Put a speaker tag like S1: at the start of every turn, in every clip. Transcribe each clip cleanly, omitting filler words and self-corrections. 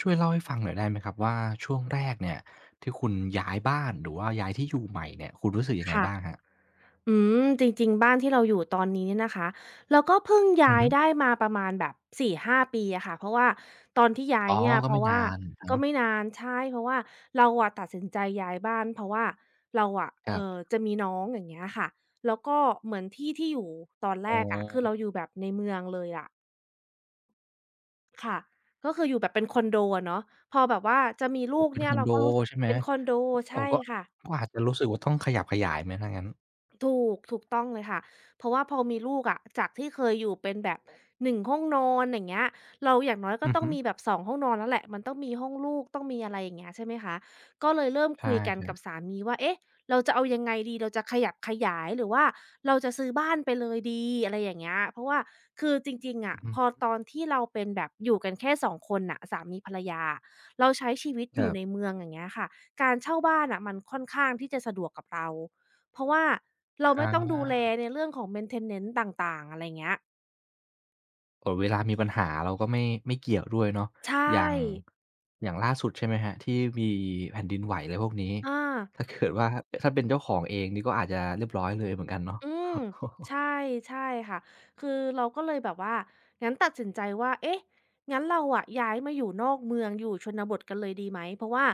S1: ช่วยเล่าให้ฟังหน่อยได้ไหมครับว่าช่วงแรกเนี่ยที่คุณย้ายบ้านหรือว่าย้ายที่อยู่ใหม่เนี่ยคุณรู้สึกยังไง
S2: ค่ะ
S1: บ้างครับ
S2: อืจริงๆบ้านที่เราอยู่ตอนนี้เนี่ยนะคะเราก็เพิ่ง
S1: อือ
S2: ย้าย
S1: ฮึ
S2: ได้มาประมาณแบบ4-5ปีอะค่ะเพราะว่าตอนที่ย้าย
S1: อ๋อ
S2: เนี่ย
S1: ก็
S2: เพ
S1: ไม่
S2: ราะ
S1: นา
S2: ว่า
S1: น
S2: ก็
S1: เนาะ
S2: ไม่นานใช่เพราะว่าเราอะตัดสินใจย้ายบ้านเพราะว่าเราอะ
S1: ครับ
S2: จะมีน้องอย่างเงี้ยค่ะแล้วก็เหมือนที่ที่อยู่ตอนแร
S1: อ๋
S2: กอะคือเราอ
S1: อ
S2: ยู่แบบในเมืองเลยอะค่ะก็คืออยู่แบบเป็นคอนโดอะเนาะพอแบบว่าจะมีลู
S1: อ๋อ
S2: ก
S1: เป็น
S2: เนี่
S1: ค
S2: ย
S1: อน
S2: เรา
S1: โด
S2: ก็รู้
S1: ใช่ไหม
S2: เป็นคอนโด
S1: โอ้
S2: ใช่
S1: ก็
S2: ค่ะ
S1: ก็อาจจะรู้สึกว่าต้องขยับขยายไหมถ้างั้น
S2: ถูกต้องเลยค่ะเพราะว่าพอมีลูกอะจากที่เคยอยู่เป็นแบบ1 ห้องนอนอย่างเงี้ยเราอย่างน้อยก็
S1: อือ
S2: ต้อง
S1: ฮึ
S2: มีแบบสองห้องนอนแล้วแหละมันต้องมีห้องลูกต้องมีอะไรอย่างเงี้ยใช่ไหมคะก็เลยเริ่ม
S1: ใช่
S2: คุยกั
S1: ค
S2: น
S1: รั
S2: กับ
S1: บ
S2: สามีว่าเอ๊ะเราจะเอายังไงดีเราจะขยับขยายหรือว่าเราจะซื้อบ้านไปเลยดีอะไรอย่างเงี้ยเพราะว่าคือจริงๆ
S1: อื
S2: อะ
S1: อฮึ
S2: พอตอนที่เราเป็นแบบอยู่กันแค่2คนน่ะสามีภรรยาเราใช้ชีวิต
S1: ค
S2: อ
S1: รั
S2: ยู่ใน
S1: บ
S2: เมืองอย่างเงี้ยค่ะการเช่าบ้านน่ะมันค่อนข้างที่จะสะดวกกับเรา เพราะว่าเราไม่
S1: อา
S2: ต้องดูแลในเรื่องของ maintenance ต่างๆอะไรเงี้ย
S1: เวลามีปัญหาเราก็ไม่เกี่ยวด้วยเนาะ
S2: ใช
S1: อย่าง
S2: ่
S1: อย่างล่าสุดใช่ไหมครับที่มีแผ่นดินไหวอะไรพวกนี้
S2: อา
S1: ถ้าเกิดว่าถ้าเป็นเจ้าของเองนี่ก็อาจจะเรียบร้อยเลยเหมือนกันเนาะ
S2: อืมใช่ใช่ค่ะคือเราก็เลยแบบว่างั้นตัดสินใจว่าเอ๊ะงั้นเราอะย้ายมาอยู่นอกเมืองอยู่ชนบทกันเลยดีไหมเพราะว่า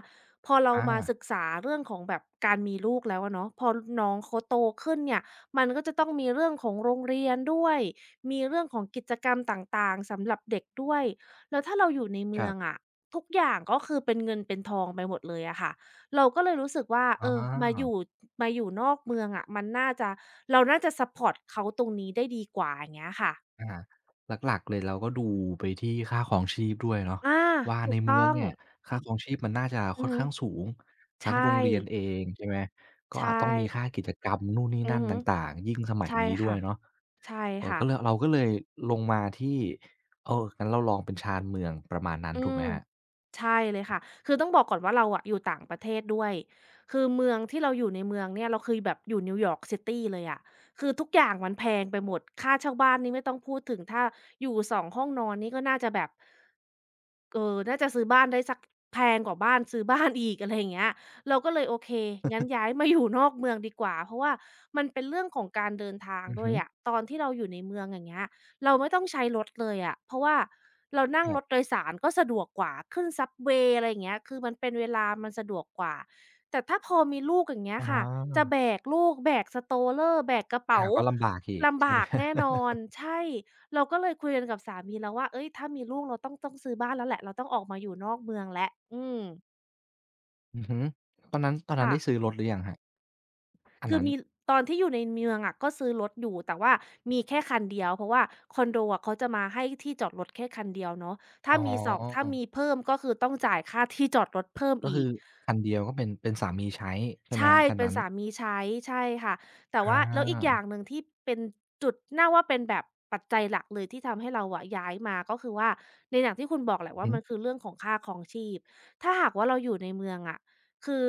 S2: พอเรามาศึ
S1: อา
S2: กษาเรื่องของแบบการมีลูกแล้วอะเนาะพอน้องเขาโตขึ้นเนี่ยมันก็จะต้องมีเรื่องของโรงเรียนด้วยมีเรื่องของกิจกรรมต่างๆสำหรับเด็กด้วยแล้วถ้าเราอยู่ใน
S1: ค
S2: เมื
S1: รั
S2: อง
S1: บ
S2: อะทุกอย่างก็คือเป็นเงินเป็นทองไปหมดเลยอะค่ะ เราก็เลยรู้สึกว่า
S1: อ๋
S2: เออมาอ
S1: อ
S2: ยู่มาอยู่นอกเมืองอะมันน่าจะเราน่าจะซัปพอร์ตเขาตรงนี้ได้ดีกว่าอย่างเงี้ยค่ะ
S1: อาหลักๆเลยเราก็ดูไปที่ค่าครองชีพด้วยเนาะ
S2: อา
S1: ว่า
S2: ถู
S1: ใน
S2: ก
S1: เมือ
S2: ต้
S1: ง
S2: อง
S1: เนี่ยค่าครองชีพมันน่าจะ
S2: อื
S1: ค่
S2: อ
S1: อน
S2: ฮึ
S1: ข้างสูงทั้งโร
S2: ใช่
S1: งเรียนเองใช่ไหมก็
S2: ใช่
S1: อาจต้องมีค่ากิจกรรมนู่นนี่
S2: อื
S1: นั่
S2: อ
S1: น
S2: ฮึ
S1: ต่างๆยิ่งสมัย
S2: ใช่
S1: นี้ด้ว
S2: ค่ะ
S1: ยเนาะ
S2: ใช่ค่ะ
S1: ก็เลยเราก็เลยลงมาที่เอองั้นเราลองเป็นชานเมืองประมาณนั้น
S2: อื
S1: ถูกไหม
S2: ม
S1: ครับ
S2: ใช่เลยค่ะคือต้องบอกก่อนว่าเราอะอยู่ต่างประเทศด้วยคือเมืองที่เราอยู่ในเมืองเนี่ยเราเคือแบบอยู่นิวยอร์กซิตีเลยอะคือทุกอย่างมันแพงไปหมดค่าเช่าบ้านนี่ไม่ต้องพูดถึงถ้าอยู่สองห้องนอนนี่ก็น่าจะแบบเออน่าจะซื้อบ้านได้สักแพงกว่าบ้านซื้อบ้านอีกอะไรอย่างเงี้ยเราก็เลยโอเคงั้นย้ายมาอยู่นอกเมืองดีกว่าเพราะว่ามันเป็นเรื่องของการเดินทาง
S1: อือ
S2: ด้ว
S1: ฮึ
S2: ยอะตอนที่เราอยู่ในเมืองอย่างเงี้ย เราไม่ต้องใช้รถเลยอะเพราะว่าเรานั่ง
S1: ครั
S2: ร
S1: บ
S2: ถโดยสารก็สะดวกกว่าขึ้น Subway อะไรอย่างเงี้ยคือมันเป็นเวลามันสะดวกกว่า แต่ถ้าพอมีลูกอย่างเงี้ย
S1: อ๋
S2: ค่ะจะ
S1: อ
S2: แบกลูกแบก stroller แบกกระ
S1: อา
S2: เป๋า
S1: ก็ลำบากอีก
S2: ลำ
S1: ใช่ไหม
S2: บากแน่น อนใช่ เราก็เลยคุยกันกับสามีแล้วว่าเฮ้ยถ้ามีลูกเราต้องซื้อบ้านแล้วแหละเราต้องออกมาอยู่นอกเมืองแล้วอืม
S1: อือฮึตอนนั้น
S2: ค่ะ
S1: ได้ซื้อรถหรือยังครับอัน
S2: คือ
S1: นั้น
S2: มีตอนที่อยู่ในเมืองอะก็ซื้อรถอยู่แต่ว่ามีแค่คันเดียวเพราะว่าคอนโดอะเขาจะมาให้ที่จอดรถแค่คันเดียวเนาะถ้า
S1: อ๋อ
S2: มี2ถ้ามีเพิ่มก็คือต้องจ่ายค่าที่จอดรถเพิ่ม
S1: ก็
S2: อี
S1: คื
S2: ก
S1: อคันเดียวก็เป็นสามีใช้ใช่ไหมค
S2: ใช่
S1: รับคัน
S2: เป็น
S1: นั้น
S2: สามีใช้ใช่ค่ะแต่
S1: อ
S2: ว่าแล้วอีกอ
S1: า
S2: ย่างหนึ่งที่เป็นจุดน่าว่าเป็นแบบปัจจัยหลักเลยที่ทำให้เราอะย้ายมาก็คือว่าในอย่างที่คุณบอกแห
S1: อื
S2: ละ
S1: อฮึ
S2: ว่ามันคือเรื่องของค่าครองชีพถ้าหากว่าเราอยู่ในเมืองอะคือ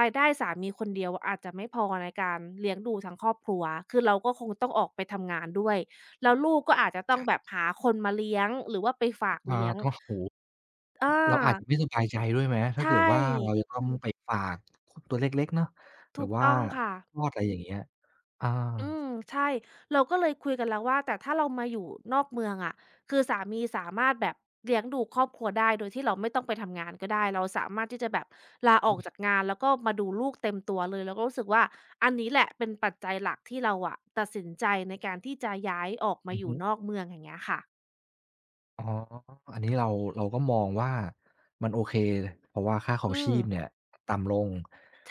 S2: รายได้สามีคนเดียวอาจจะไม่พอในการเลี้ยงดูทั้งครอบครัวคือเราก็คงต้องออกไปทำงานด้วยแล้วลูกก็อาจจะต้
S1: ค
S2: องแบ
S1: รั
S2: บ
S1: บ
S2: หาคนมาเลี้ยงหรือว่าไปฝาก
S1: อา
S2: เลี้ยง
S1: ก็โอ้โฮ
S2: อ
S1: เราอาจ
S2: า
S1: จะไม่สบายใจด้วยไหม
S2: ใช
S1: ถ้าเกิด
S2: ่
S1: ว่าเราจะต้องไปฝากตัวเล็กๆเนาะแบ
S2: ถู
S1: บ
S2: ก
S1: ว่า
S2: ต้องค่ะ
S1: คลอดอะไรอย่างเงี้ยอา
S2: อืมใช่เราก็เลยคุยกันแล้วว่าแต่ถ้าเรามาอยู่นอกเมืองอะคือสามีสามารถแบบเลี้ยงดูครอบครัวได้โดยที่เราไม่ต้องไปทำงานก็ได้เราสามารถที่จะแบบลาออก
S1: อ
S2: จากงานแล้วก็มาดูลูกเต็มตัวเลยเราก็รู้สึกว่าอันนี้แหละเป็นปัจจัยหลักที่เราอะตัดสินใจในการที่จะย้ายออกมา
S1: ือ
S2: อยู่
S1: ฮึ
S2: นอกเมืองอย่างเงี้ยค่ะ
S1: อ๋ออันนี้เราเราก็มองว่ามันโอเคเพราะว่าค่าครอ
S2: อื
S1: ง
S2: ม
S1: ชีพเนี่ยต่ำลง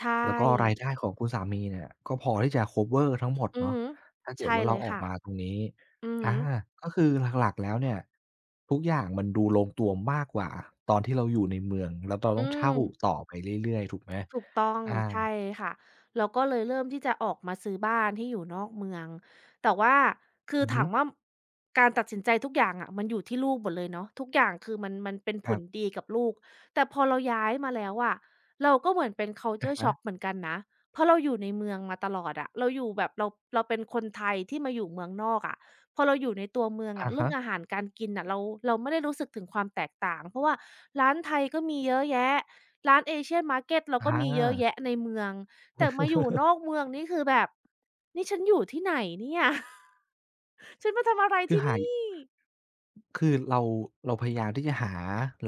S2: ใช่
S1: แล้วก็รายได้ของคุณสามีเนี่ยก็พอที่จะคัฟเวอร์ทั้งหมด
S2: อือ
S1: เนาะ
S2: ฮึ
S1: ถ้าเกิด
S2: ใช่
S1: ว่า
S2: เล
S1: เรา
S2: ย
S1: ออก
S2: ค่ะ
S1: มาตรงนี้
S2: อือฮึ
S1: อาก็คือหลักๆแล้วเนี่ยทุกอย่างมันดูลงตัวมากกว่าตอนที่เราอยู่ในเมืองแล้วเรา
S2: อื
S1: ต้อง
S2: ม
S1: เช่าต่อไปเรื่อยๆถูกไหม
S2: ถูกต้อง
S1: อา
S2: ใช่ค่ะเราก็เลยเริ่มที่จะออกมาซื้อบ้านที่อยู่นอกเมืองแต่ว่าคือ
S1: อือฮึ
S2: ถามว่าการตัดสินใจทุกอย่างอะมันอยู่ที่ลูกหมดเลยเนาะทุกอย่างคือมันเป็น
S1: ค
S2: ผ
S1: รั
S2: ล
S1: บ
S2: ดีกับลูกแต่พอเราย้ายมาแล้วอะเราก็เหมือนเป็น
S1: อะ
S2: culture
S1: ฮะ
S2: shock เหมือนกันนะเพราะเราอยู่ในเมืองมาตลอดอะเราอยู่แบบเราเป็นคนไทยที่มาอยู่เมืองนอกอะพอเราอยู่ในตัวเมืองอะ
S1: อะ
S2: เรื่อ
S1: ฮะ
S2: งอาหารการกินน่ะเราไม่ได้รู้สึกถึงความแตกต่างเพราะว่าร้านไทยก็มีเยอะแยะ ร้านเอเชียนมาร์เก็ตเรา
S1: อ
S2: ก็มีเยอะแยะ
S1: า
S2: ในเมืองแต่มาอยู่นอกเมืองนี่คือแบบนี่ฉันอยู่ที่ไหนเนี่ย ฉันมาทำอะไร
S1: คือ
S2: ที่
S1: หาย
S2: นี่
S1: คือเราเราพยายามที่จะหา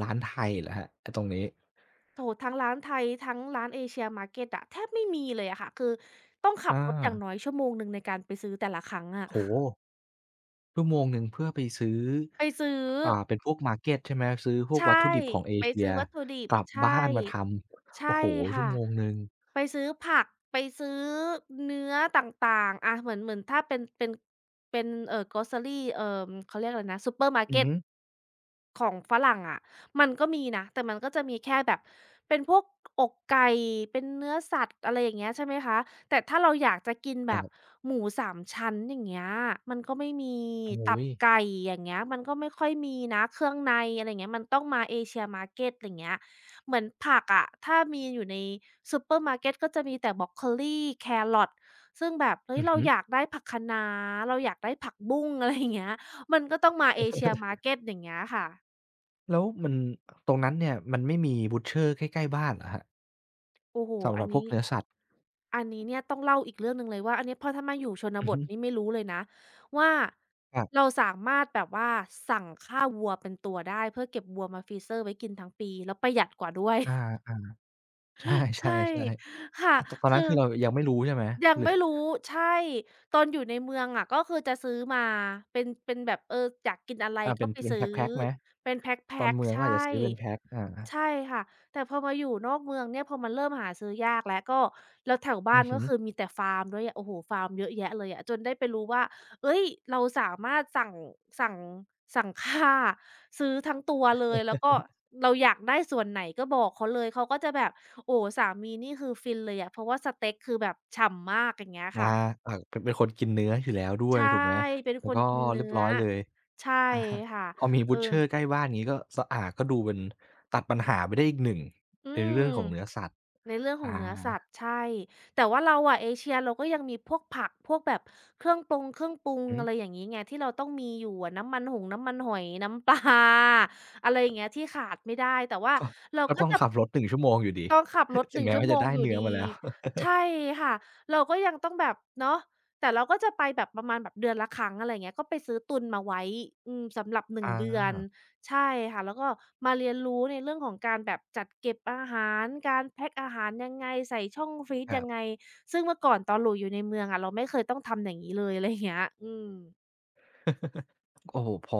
S1: ร้านไทยเหรอครับไอ้ตรงนี้
S2: โอ้โฮทั้งร้านไทยทั้งร้านเอเชียมาร์เก็ตอะแทบไม่มีเลยอะค่ะคือต้องขับ
S1: อา
S2: รถอย่างน้อยชั่วโมงหนึ่งในการไปซื้อแต่ละครั้งอะ
S1: โอ้โฮ ชั่วโมงหนึ่งเพื่อไปซื้อ
S2: ไปซื้อ
S1: อ่าเป็นพวกมาร์เก็ตใช่ไหมซื้อพวก
S2: ใช
S1: วัตถุ
S2: ่
S1: ดิบของเอ
S2: ไป
S1: เชีย
S2: ซื้อวัตถุดิบ
S1: กลับ
S2: ใช
S1: บ้า
S2: ่
S1: นมาทำ
S2: ใช่
S1: โอ้โฮชั่ว
S2: ค่ะ
S1: โมงหนึ่ง
S2: ไปซื้อผักไปซื้อเนื้อต่างๆอาเหมือนถ้าเป็นเป็นgrocery เอ่อเขาเรียกอะไรนะซูเปอร์มาร์
S1: อือ
S2: เก็ต
S1: ฮึ
S2: ของฝรั่งอะมันก็มีนะแต่มันก็จะมีแค่แบบเป็นพวกอกไก่เป็นเนื้อสัตว์อะไรอย่างเงี้ยใช่ไหมคะแต่ถ้าเราอยากจะกิน
S1: ค
S2: แบบ
S1: รับ
S2: หมูสามชั้นอย่างเงี้ยมันก็ไม่มี
S1: โอ้
S2: ตั
S1: โฮ
S2: บไก่อย่างเงี้ยมันก็ไม่ค่อยมีนะเครื่องในอะไรอย่างเงี้ยมันต้องมา Asia Market อย่างเงี้ยเหมือนผักอะถ้ามีอยู่ในซูเปอร์มาร์เก็ตก็จะมีแต่บรอกโคลีแครอทซึ่งแบบเฮ้ย
S1: อือ
S2: เรา
S1: ฮึ
S2: อยากได้ผักคะน้าเราอยากได้ผักบุ้งอะไรอย่างเงี้ยมันก็ต้องมา Asia Market อย่างเงี้ยค่ะ
S1: แล้วมันตรงนั้นเนี่ยมันไม่มี butcher ใกล้ๆบ้านเหรอครับ
S2: โอ้โฮ
S1: สำห
S2: อั
S1: รับ
S2: น
S1: พวก
S2: นี้
S1: เนื้อสัตว์
S2: อันนี้เนี่ยต้องเล่าอีกเรื่องหนึ่งเลยว่าอันนี้เพอถ้ามาอยู่ชน
S1: อือ
S2: บท
S1: ฮึ
S2: นี่ไม่รู้เลยนะว่า
S1: ครั
S2: เรา
S1: บ
S2: สามารถแบบว่าสั่งฆ่าวัวเป็นตัวได้เพื่อเก็บวัวมาฟรีเซอร์ไว้กินทั้งปีแล้วประหยัดกว่าด้วย
S1: อาๆ ใช่
S2: ใช่
S1: ๆ
S2: ค่ะ
S1: ๆอาตตอน
S2: คื
S1: นั้
S2: อ
S1: นคือเรายังไม่รู้ใช่ไหม
S2: ยัง
S1: หรือ
S2: ไม่รู้ใช่ตอนอยู่ในเมืองอะก็คือจะซื้อมาเป็นแบบเอออยากกินอะไร
S1: อ่าเป็
S2: ก็
S1: น
S2: ไป
S1: เป็น
S2: ซื้
S1: แพ
S2: อ
S1: ็กๆไหม
S2: เป็นแ
S1: ตอ
S2: พ็
S1: น
S2: ก
S1: เมือ
S2: ๆ
S1: งก็
S2: ใช่
S1: อาจจะซื้อเป็นแพ็กอา
S2: ใช่ค่ะแต่พอมาอยู่นอกเมืองเนี่ยพอมันเริ่มหาซื้อยากแล้วก็แล้วแถวบ้า
S1: อื
S2: น
S1: อฮึ
S2: ก็คือมีแต่ฟาร์มด้วยอะโอ้โฮฟาร์มเยอะแยะเลยอะจนได้ไปรู้ว่าเฮ้ยเราสามารถสั่งสั่งฆ่าซื้อทั้งตัวเลยแล้วก็เราอยากได้ส่วนไหนก็บอกเขาเลยเขาก็จะแบบ โอ้สามีนี่คือฟินเลยอะเพราะว่าสเต็กคือแบบฉ่ำมากอย่างเงี้ยค่ะ
S1: อาเป็นคนกินเนื้ออยู่แล้วด้วย
S2: ใช่
S1: ถูกไหม
S2: เป็น
S1: แล้
S2: ค
S1: ว
S2: น
S1: ก็
S2: กิน
S1: เรี
S2: เนื้
S1: ยบ
S2: อ
S1: ร้อยเลย
S2: ใช่
S1: อะฮะ
S2: ค่ะ
S1: พอมี
S2: เออ
S1: butcher ใกล้บ้านงี้ก็สะอาดก็ดูเป็นตัดปัญหาไปได้อีกหนึ่ง
S2: อื
S1: ในเรื่
S2: ม
S1: องของเนื้อสัตว์
S2: ในเรื่องข
S1: อ
S2: องเนื้อสัตว์
S1: า
S2: ใช่แต่ว่าเราอะเอเชียเราก็ยังมีพวกผักพวกแบบเครื่องปรุง
S1: หือ
S2: อะไรอย่างงี้ไงที่เราต้องมีอยู่อะน้ำมันหอยน้ำปลา อะไรอย่างเงี้ยที่ขาดไม่ได้แต่ว่า
S1: ก็
S2: เรา
S1: ก็
S2: ก็
S1: ต้อง
S2: จะ
S1: ขับรถ1ชั่วโมงอยู่ดี
S2: ต้องขับรถ ห
S1: ถึง
S2: นึ่ง
S1: แม้
S2: ชั่ว
S1: ว่า
S2: โม
S1: จะ
S2: ง
S1: ได้
S2: อยู่
S1: เนื้อ
S2: ดี
S1: มาแล้ว
S2: ใช่ค่ะเราก็ยังต้องแบบเนาะแต่เราก็จะไปแบบประมาณแบบเดือนละครั้งอะไรอย่างเงี้ยก็ไปซื้อตุนมาไว้อืมสำ หรับหนึ่
S1: อ
S2: งเดือน
S1: า
S2: ใช่ค่ะแล้วก็มาเรียนรู้ในเรื่องของการแบบจัดเก็บอาหารการแพ็กอาหารยังไงใส่ช่องฟรีซ
S1: ครั
S2: ยังไง
S1: บ
S2: ซึ่งเมื่อก่อนตอนเราอยู่ในเมืองอะเราไม่เคยต้องทำอย่างงี้เลยอะไรอย่างเงี้ยอืม
S1: โอ้โฮพอ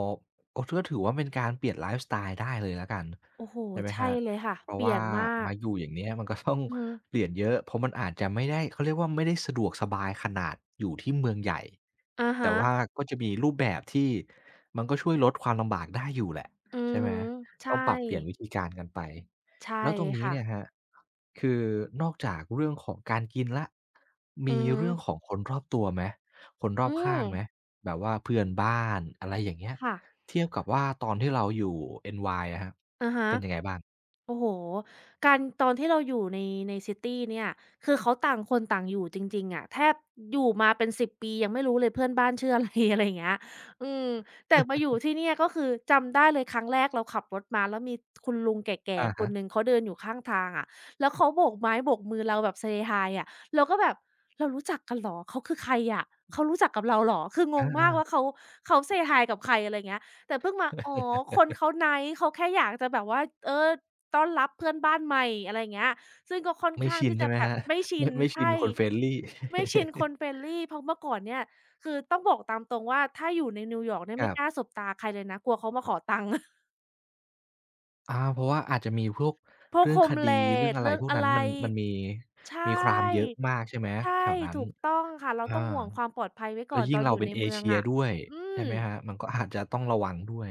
S1: ก็ถือถือว่าเป็นการเปลี่ยนไลฟ์สไตล์ได้เลยแล้วกัน
S2: โอ้โฮ
S1: ใช่ไหมค
S2: ใช่
S1: รับ
S2: เลยค่ะ
S1: เพราะ
S2: เปลี่
S1: ว่า
S2: ยนมาก
S1: มาอยู่อย่างเนี้ยมันก็ต้อง
S2: อือฮึ
S1: เปลี่ยนเยอะเพราะมันอาจจะไม่ได้เขาเรียกว่าไม่ได้สะดวกสบายขนาดอยู่ที่เมืองใหญ่
S2: อะ
S1: แต่
S2: ฮะ
S1: ว่าก็จะมีรูปแบบที่มันก็ช่วยลดความลำบากได้อยู่แหละ
S2: อือ
S1: ใช่ไหม
S2: ฮึ
S1: ต้
S2: ใช่
S1: องปรับเปลี่ยนวิธีการกันไป
S2: ใช่
S1: แล้วตรงนี้
S2: ค่ะ
S1: เนี่ยครับคือนอกจากเรื่องของการกินแล้ว
S2: อื
S1: มี
S2: อฮึ
S1: เรื่องของคนรอบตัวไหมคนรอ
S2: อื
S1: บข้า
S2: ม
S1: งไหม แบบว่าเพื่อนบ้านอะไรอย่างเงี้ย
S2: ค่ะ
S1: เทียบกับว่าตอนที่เราอยู่ NY อะครับ
S2: อะฮะ
S1: เป็นยังไงบ้าง
S2: โอ้โฮการตอนที่เราอยู่ในซิตีเนี่ยคือเขาต่างคนต่างอยู่จริงๆอะแทบอยู่มาเป็น10ปียังไม่รู้เลยเพื่อนบ้านชื่ออะไร อะไรอย่างเงี้ยอืมแต่มาอยู่ที่เนี่ยก็คือจำได้เลยครั้งแรกเราขับรถมาแล้วมีคุณลุงแก่
S1: อะ
S2: ๆค
S1: ฮะ
S2: นหนึ่งเขาเดินอยู่ข้างทางอะแล้วเขาโบกไม้โบกมือเราแบบ Say hi อะเราก็แบบเรารู้จักกันเหรอเขาคือใครอะเขารู้จักกับเราเหรอคืองงมากว่า
S1: อา
S2: เขา Say hi กับใครอะไรอย่างเงี้ยแต่เพิ่งมาอ๋อคนเขา nice เขาแค่อยากจะแบบว่าเออ ต้อนรับเพื่อนบ้านใหม่อะไรอย่างเงี้ยซึ่งก็ค่อน
S1: ๆไม่
S2: ข้าง
S1: ชิน
S2: ที่
S1: ใช่
S2: จะ
S1: ไหม
S2: แบ
S1: ค
S2: บ
S1: รับ
S2: ไม่ ชิ
S1: ไม่
S2: น
S1: ไม่ชิ
S2: ใช่
S1: นคน friendly
S2: ไม่ชินคน friendly เพราะเมื่อก่อนเนี่ยคือต้องบอกตามตรงว่าถ้าอยู่ในนิวยอร์กเนี่ย
S1: ค
S2: ไม่
S1: รั
S2: กล้าส
S1: บ
S2: บตาใครเลยนะกลัวเขามาขอตังค์
S1: อาเพราะว่าอาจจะมีพวก
S2: พวก
S1: เรื่องคดีเรื่อง
S2: homeless
S1: อะไร
S2: เรื่อง
S1: พวก
S2: อะ
S1: นั้น
S2: ไร
S1: มันมี
S2: ใช
S1: มี crime เยอะ
S2: ่
S1: มากใช่ไหม
S2: ใช่
S1: แถวนั้น
S2: ถูกต้องค่ะเรา
S1: อา
S2: ต้องห่วงความปลอดภัยไว้
S1: แล้
S2: ก่อ
S1: ว
S2: น
S1: ยิ่
S2: ต
S1: ง
S2: อน
S1: เรา
S2: อยู่
S1: เป็น
S2: ใน
S1: เอ
S2: เมือง
S1: เชีย
S2: อะ
S1: ด้วย
S2: อื
S1: ใช่
S2: ม
S1: ไหมครับมันก็อาจจะต้องระวังด้วย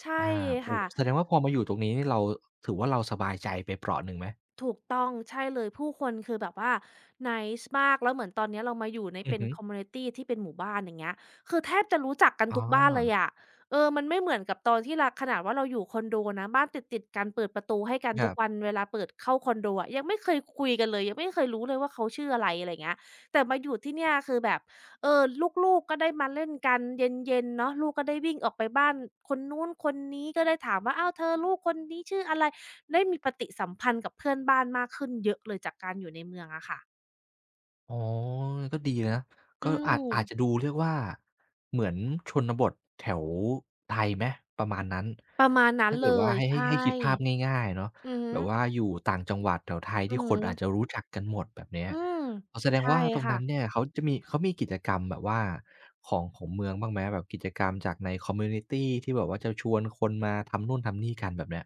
S2: ใช่
S1: อาโอ้
S2: ค่ะ
S1: แสดงว่าพอมาอยู่ตรงนี้นี่เราถือว่าเราสบายใจไปเปราะหนึ่งไหม
S2: ถูกต้องใช่เลยผู้คนคือแบบว่า n น c e มากแล้วเหมือนตอนเนี้ยเรามาอยู่ใน
S1: อือ
S2: เป็น
S1: ฮึ
S2: คอมมิวนิตีที่เป็นหมู่บ้านอย่างเงี้ยคือแทบจะรู้จักกัน
S1: อ๋
S2: ทุกบ้านเลย
S1: อ
S2: อะเออมันไม่เหมือนกับตอนที่เราขนาดว่าเราอยู่คอนโดนะบ้านติดๆกันเปิดประตูให้กัน
S1: ค
S2: ทุ
S1: รั
S2: กวั
S1: บ
S2: นเวลาเปิดเข้าคอนโดอะยังไม่เคยคุยกันเลยยังไม่เคยรู้เลยว่าเขาชื่ออะไรอะไรเงี้ยแต่มาอยู่ที่เนี่ยคือแบบเออลูกๆก็ได้มาเล่นกันเย็นๆเนาะลูกก็ได้วิ่งออกไปบ้านคนนู้นคนนี้ก็ได้ถามว่าอ้าวเธอลูกคนนี้ชื่ออะไร ได้มีปฏิสัมพันธ์กับเพื่อนบ้านมากขึ้นเยอะเลยจากการอยู่ในเมืองอะค่ะ
S1: อ๋อ ก็ดีนะ ก็
S2: อื
S1: อาจ
S2: ม
S1: อาจจะดูเรียกว่าเหมือนชนบทแถวไทยไหมประมาณนั้น
S2: ประมาณนั้น
S1: ถ้าเกิด
S2: เล
S1: ว่า
S2: ย
S1: ให้ให้
S2: ใช
S1: ให้
S2: ่
S1: คิดภาพง่ายๆเนาะ
S2: อือฮึ
S1: แบบว่าอยู่ต่างจังหวัดแถวไทย
S2: อือ
S1: ที่ค
S2: ฮึ
S1: นอาจจะรู้จักกันหมดแบบเนี้ย
S2: อืม
S1: อ๋อแสดง
S2: ใช่
S1: ว่าตรง
S2: ค่ะ
S1: นั้นเนี่ยเขาจะมีเขามีกิจกรรมแบบว่าของของเมืองบ้างไหมแบบกิจกรรมจากในคอมมิวนิตีที่แบบว่าจะชวนคนมาทำนู่นทำนี่กันแบบเนี้ย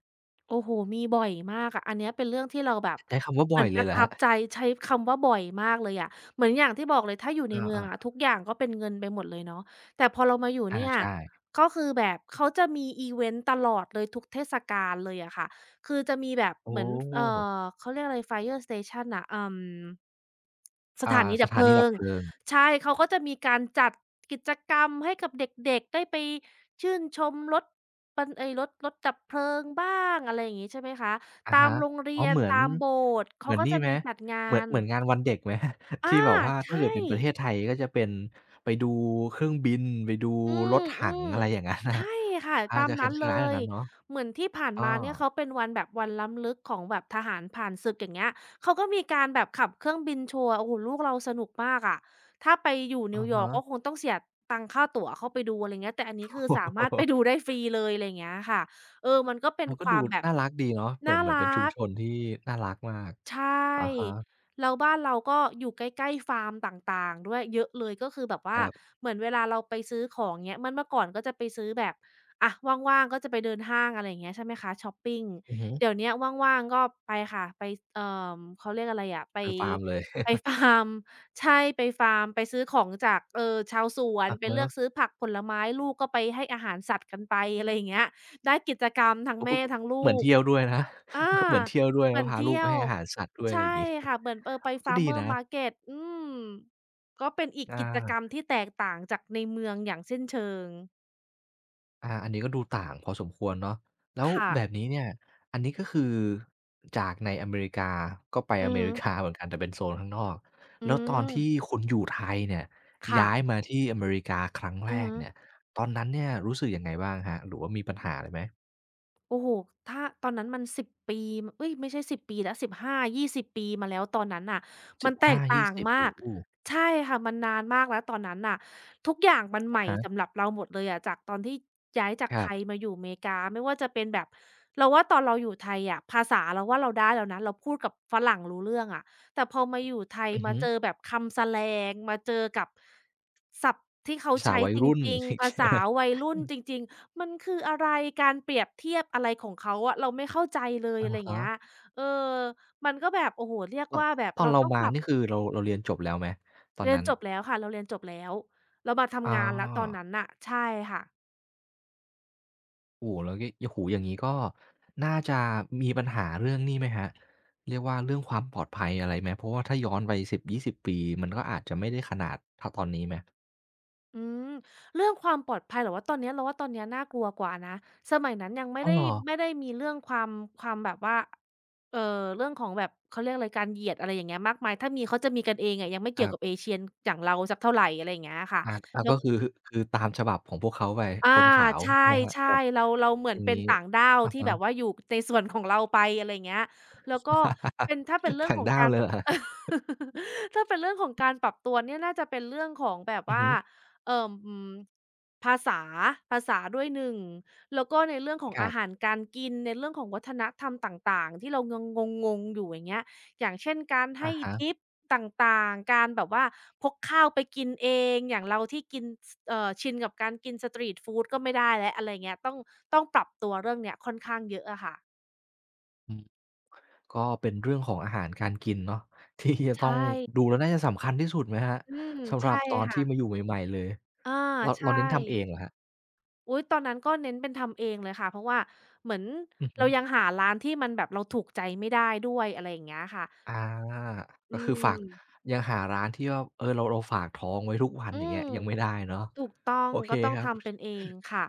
S2: โอ้โฮมีบ่อยมากอะอันเนี้ยเป็นเรื่องที่เราแบบ
S1: ใช้คำว่า
S2: เห
S1: บ่
S2: มื
S1: อ
S2: อ
S1: ย
S2: นป
S1: เลย
S2: ระ
S1: เหรอค
S2: ทั
S1: รั
S2: บ
S1: บ
S2: ใจใช้คำว่าบ่อยมากเลยอะเหมือนอย่างที่บอกเลยถ้าอยู่ในเมือง
S1: อา
S2: อะ
S1: ๆ
S2: ทุกอย่างก็เป็นเงินไปหมดเลยเนาะแต่พอเรามาอยู่
S1: อา
S2: เนี่ย
S1: ใช่
S2: ก็คือแบบเขาจะมีอิเวนต์ตลอดเลยทุกเทศกาลเลยอะค่ะคือจะมีแบบ
S1: โอ้
S2: เหมือนเขาเรียกอะไร Fire Station น่ะอ ส
S1: อ่า
S2: ถานี
S1: ส
S2: ดับ
S1: ถา
S2: เพ
S1: นี
S2: ลิ
S1: ดับ
S2: ง
S1: เพลิง
S2: ใช่ เขาก็จะมีการจัดกิจกรรมให้กับเด็กๆ ได้ไปชื่นชมรถปันไอ้รถดับเพลิงบ้างอะไรอย่างงี้ใช่ไหมคะ
S1: อะ
S2: ตาม
S1: ฮะ
S2: โรง
S1: อ๋
S2: เรี
S1: อ
S2: ยน
S1: เหมือน
S2: ตามโบสถ์
S1: เห
S2: เขา
S1: มือน
S2: ก็
S1: นี่
S2: จะ
S1: ไหม
S2: มีจัดงา
S1: เหมือน
S2: น
S1: งานวันเด็กไหม
S2: อา
S1: ที่แบบว่าถ้า
S2: ใช่
S1: เกิดเป็นประเทศไทยก็จะเป็นไปดูเครื่องบินไปดู
S2: อื
S1: ร
S2: ม
S1: ถ
S2: อื
S1: ถัง
S2: ม
S1: อะไรอย่างงั้นน่ะ
S2: ใช่ค่ะ
S1: อา
S2: ตาม
S1: จะค
S2: นั้นเล
S1: ล้ายๆแบบ
S2: ย
S1: นั้นเนาะ
S2: เหมือนที่ผ่าน
S1: อ้อ
S2: มาเนี่ยเขาเป็นวันแบบวันล้ำลึกของแบบทหารผ่านศึกอย่างเงี้ยเขาก็มีการแบบขับเครื่องบินโชว์โอ้โฮลูกเราสนุกมากอะถ้าไปอยู่นิ
S1: อะ
S2: วยอร์ก
S1: ฮะ
S2: ก็คงต้องเสียตังค่าตั๋วเข้าไปดูอะไรเงี้ยแต่อันนี้คือสามารถไป ดูได้ฟรีเลยอะไรอย่างเงี้ยค่ะเออมันก็เป็น
S1: มันก็
S2: ค
S1: ดู
S2: วามแบบ
S1: น่ารักดีเนาะเหมือ
S2: น่า
S1: น
S2: รั
S1: เป็นชุม
S2: ก
S1: ชนที่น่ารักมาก
S2: ใช
S1: อะ
S2: ่
S1: ฮะ
S2: แล้วบ้านเราก็อยู่ใกล้ๆฟาร์มต่างๆด้วยเยอะเลยก็คือแบบ
S1: ค
S2: ว่า
S1: รับ
S2: เหมือนเวลาเราไปซื้อของเงี้ยมันเมื่อก่อนก็จะไปซื้อแบบอะว่างๆก็จะไปเดินห้างอะไรอย่างเงี้ยใช่ไหมคะช็อปปิง
S1: อือฮึ
S2: เดี๋ยวเนี้ยว่างๆก็ไปค่ะไปเอ่เขาเรียกอะไรอะไป
S1: เป็นฟาร์มเลย
S2: ไป ฟาร์มใช่ไปฟาร์มไปซื้อของจากชาวสว น
S1: อะ
S2: ไปเลื
S1: ฮะ
S2: อกซื้อผักผลไม้ลูกก็ไปให้อาหารสัตว์กันไปอะไรอย่างเงี้ยได้กิจกรรมทั้ง
S1: โอ้ก็
S2: แม่ทั้ง
S1: เห
S2: ลู
S1: มือน
S2: ก
S1: เที่ยวด้วยนะ
S2: อา
S1: เหมือนเที่ยวด้วย
S2: เหมื
S1: นะ
S2: อน
S1: พาลู
S2: เที่
S1: ก
S2: ย
S1: ไป
S2: ว
S1: ให้อาหารสัตว์ด้วยอะ
S2: ใช่
S1: ไรอย่างงี้
S2: ค่ะเหมือนเออไป
S1: ก็ดี
S2: Farmers
S1: นะ
S2: Market อืมก็เป็นอีกกิจกร
S1: อา
S2: รมที่แตกต่างจากในเมืองอย่างสิ้นเชิง
S1: อาอันนี้ก็ดูต่างพอสมควรเนาะแล้ว
S2: ค่ะ
S1: แบบนี้เนี่ยอันนี้ก็คือจากในอเมริกาก็ไป
S2: อื
S1: อ
S2: อ
S1: เม
S2: ฮึ
S1: ริกาเหมือนกันแต่เป็นโซนข้างนอก
S2: อื
S1: แล้วตอน
S2: ม
S1: ที่คุณอยู่ไทยเนี่ย
S2: ค่ะ
S1: ย้ายมาที่อเมริกาครั้งแร
S2: อือ
S1: ก
S2: ฮึ
S1: เนี่ยตอนนั้นเนี่ยรู้สึกยังไงบ้างครับหรือว่ามีปัญหาอะไรไหม
S2: โอ้โฮถ้าตอนนั้นมัน10ปีเอ๊ยไม่ใช่10ปีแล้วสิบห้ายี่ส2 0ปีมาแล้วตอนนั้นน่ะมันแตกต่าง
S1: 15-20
S2: มา
S1: โอ้
S2: ก
S1: โฮ
S2: ใช่ค่ะมันนานมากแล้วตอนนั้นน่ะทุกอย่างมันให
S1: อะ
S2: ม่
S1: ฮะ
S2: สำหรับเราหมดเลยอะจากตอนที่ย้ายจาก
S1: ครั
S2: ไทย
S1: บ
S2: มาอยู่อเมริกาไม่ว่าจะเป็นแบบเราว่าตอนเราอยู่ไทยอะภาษาเราว่าเราได้แล้วนะเราพูดกับฝรั่งรู้เรื่องอะแต่พอมาอยู่ไทย
S1: อือ
S2: มา
S1: ฮึ
S2: เจอแบบคำแสแลงมาเจอกับ ศัพท์ที่เขา
S1: สาว
S2: ใช้
S1: วัย
S2: จ
S1: รุ่น
S2: ริง
S1: อีก
S2: ๆ ภา
S1: ใช่
S2: ษา
S1: ไหม
S2: วัยรุ่นจริงๆ มันคืออะไร การเปรียบเทียบอะไรของเขาอะเราไม่เข้าใจเลย
S1: อะ
S2: อะไรอย่าง
S1: ฮะ
S2: เงี้ยเออมันก็แบบโอ้โฮเรียก
S1: ตอน
S2: ว่าแบบ
S1: ตอน
S2: เรา
S1: เรา
S2: ต้อง
S1: มา
S2: ปรับ
S1: นี่คือเราเรียนจบแล้วไหมตอน
S2: เรียน
S1: นั้น
S2: จบแล้วค่ะเราเรียนจบแล้วเรามา
S1: อ๋
S2: ทำงานแล้วตอน
S1: อ
S2: นั้นน่ะใช่ค่ะ
S1: โอ้โฮแล้วงี้โอ้โฮอย่างงี้ก็น่าจะมีปัญหาเรื่องนี่ไหมครับเรียกว่าเรื่องความปลอดภัยอะไรไหมเพราะว่าถ้าย้อนไป10-20ปีมันก็อาจจะไม่ได้ขนาดเท่าตอนนี้ไหม
S2: อืมเรื่องความปลอดภัยเหรอว่าตอนเนี้ยเราว่าตอนเนี้ยน่ากลัวกว่านะสมัยนั้นยังไม่
S1: อ้าว
S2: ได้
S1: เหรอ
S2: ไม่ได้มีเรื่องความแบบว่า เอ่อเรื่องของแบบเขาเรียกอะไรการเหยียดอะไรอย่างเงี้ยมากมายถ้ามีเขาจะมีกันเองอะยังไม่
S1: ค
S2: เกี่ย
S1: รั
S2: วกับ
S1: บ
S2: Asian อย่างเราสักเท่าไรอะไรอย่างเงี้ยค่ะ
S1: อาอา
S2: แล้ว
S1: ก็คือคือตามฉบับของพวกเขาไป
S2: อา
S1: คนขาว
S2: ใช
S1: ใช่ไหมครับ
S2: ่
S1: กับ
S2: ๆเราเหมือ
S1: อั
S2: น
S1: น
S2: เป็น
S1: นี้
S2: ต่างด้าว
S1: อะ
S2: ที่
S1: ฮะ
S2: แบบว่าอยู่ในส่วนของเราไปอะไรอย่างเงี้ยแล้วก็เป็นถ้าเป็น เรื่อง
S1: ต่าง
S2: ของ
S1: ด้า
S2: กา
S1: ว
S2: ร
S1: เลยเหรอครับ
S2: ถ้าเป็นเรื่องของการปรับตัวเนี่ยน่าจะเป็นเรื่องของแบบ
S1: อือ
S2: ว่า
S1: ฮึ
S2: เอ่ออืมภาษาด้วยหนึงแล้วก็ในเรื่องของ
S1: ครั
S2: อา
S1: บ
S2: หารการกินในเรื่องของวัฒนธรรมต่างๆที่เรายังงงๆอยู่อย่างเงี้ย อย่างเช่นการให้
S1: อะฮะ
S2: ทิปต่างๆ การแบบว่าพกข้าวไปกินเองอย่างเราที่กินสชินกับการกินสตรีตฟูดก็ไม่ได้แล้วอะไรเงี้ยต้องปรับตัวเรื่องเนี้ยค่อนข้างเยอะอะค่ะ
S1: อืมก็เป็นเรื่องของอาหารการกินเนาะ ที่จะ
S2: ใช
S1: ต้อง
S2: ่
S1: ดูแล้วน่าจะสำคัญที่สุดไหมครับ
S2: อืม
S1: สำหรั
S2: ใช่
S1: บตอน
S2: ค่ะ
S1: ที่มาอยู่ใหม่ๆเลย
S2: อา
S1: เรา
S2: ใช่
S1: เน้นทำเองเหรอครับ
S2: อุ๊ยตอนนั้นก็เน้นเป็นทำเองเลยค่ะเพราะว่าเหมือน
S1: อือฮึ
S2: เรายังหาร้านที่มันแบบเราถูกใจไม่ได้ด้วยอะไรอย่างเงี้ยค่ะ
S1: อา
S2: อื
S1: ก็คือฝาก
S2: ม
S1: ยังหาร้านที่ว่าเออเราฝากท้องไว้ทุกวัน
S2: อื
S1: อย่างเงี้
S2: ม
S1: ยยังไม่ได้เนาะ
S2: ถูกต้อง
S1: โอเค
S2: ก็ต้อง
S1: ครับ
S2: ทำเป็นเองค่ะ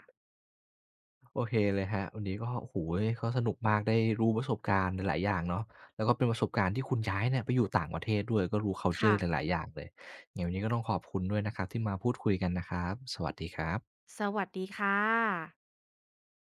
S1: โอเคเลยครับวันนี้ก็โอ้โฮก็สนุกมากได้รู้ประสบการณ์หลายๆอย่างเนาะแล้วก็เป็นประสบการณ์ที่คุณย้ายเนี่ยไปอยู่ต่างประเทศด้วยก็รู้คัลเชอร์ห
S2: ค่ะ
S1: ลายๆอย่างเลยยังไงวันนี้ก็ต้องขอบคุณด้วยนะครับที่มาพูดคุยกันนะครับสวัสดีครับ
S2: สวัสดีค่ะ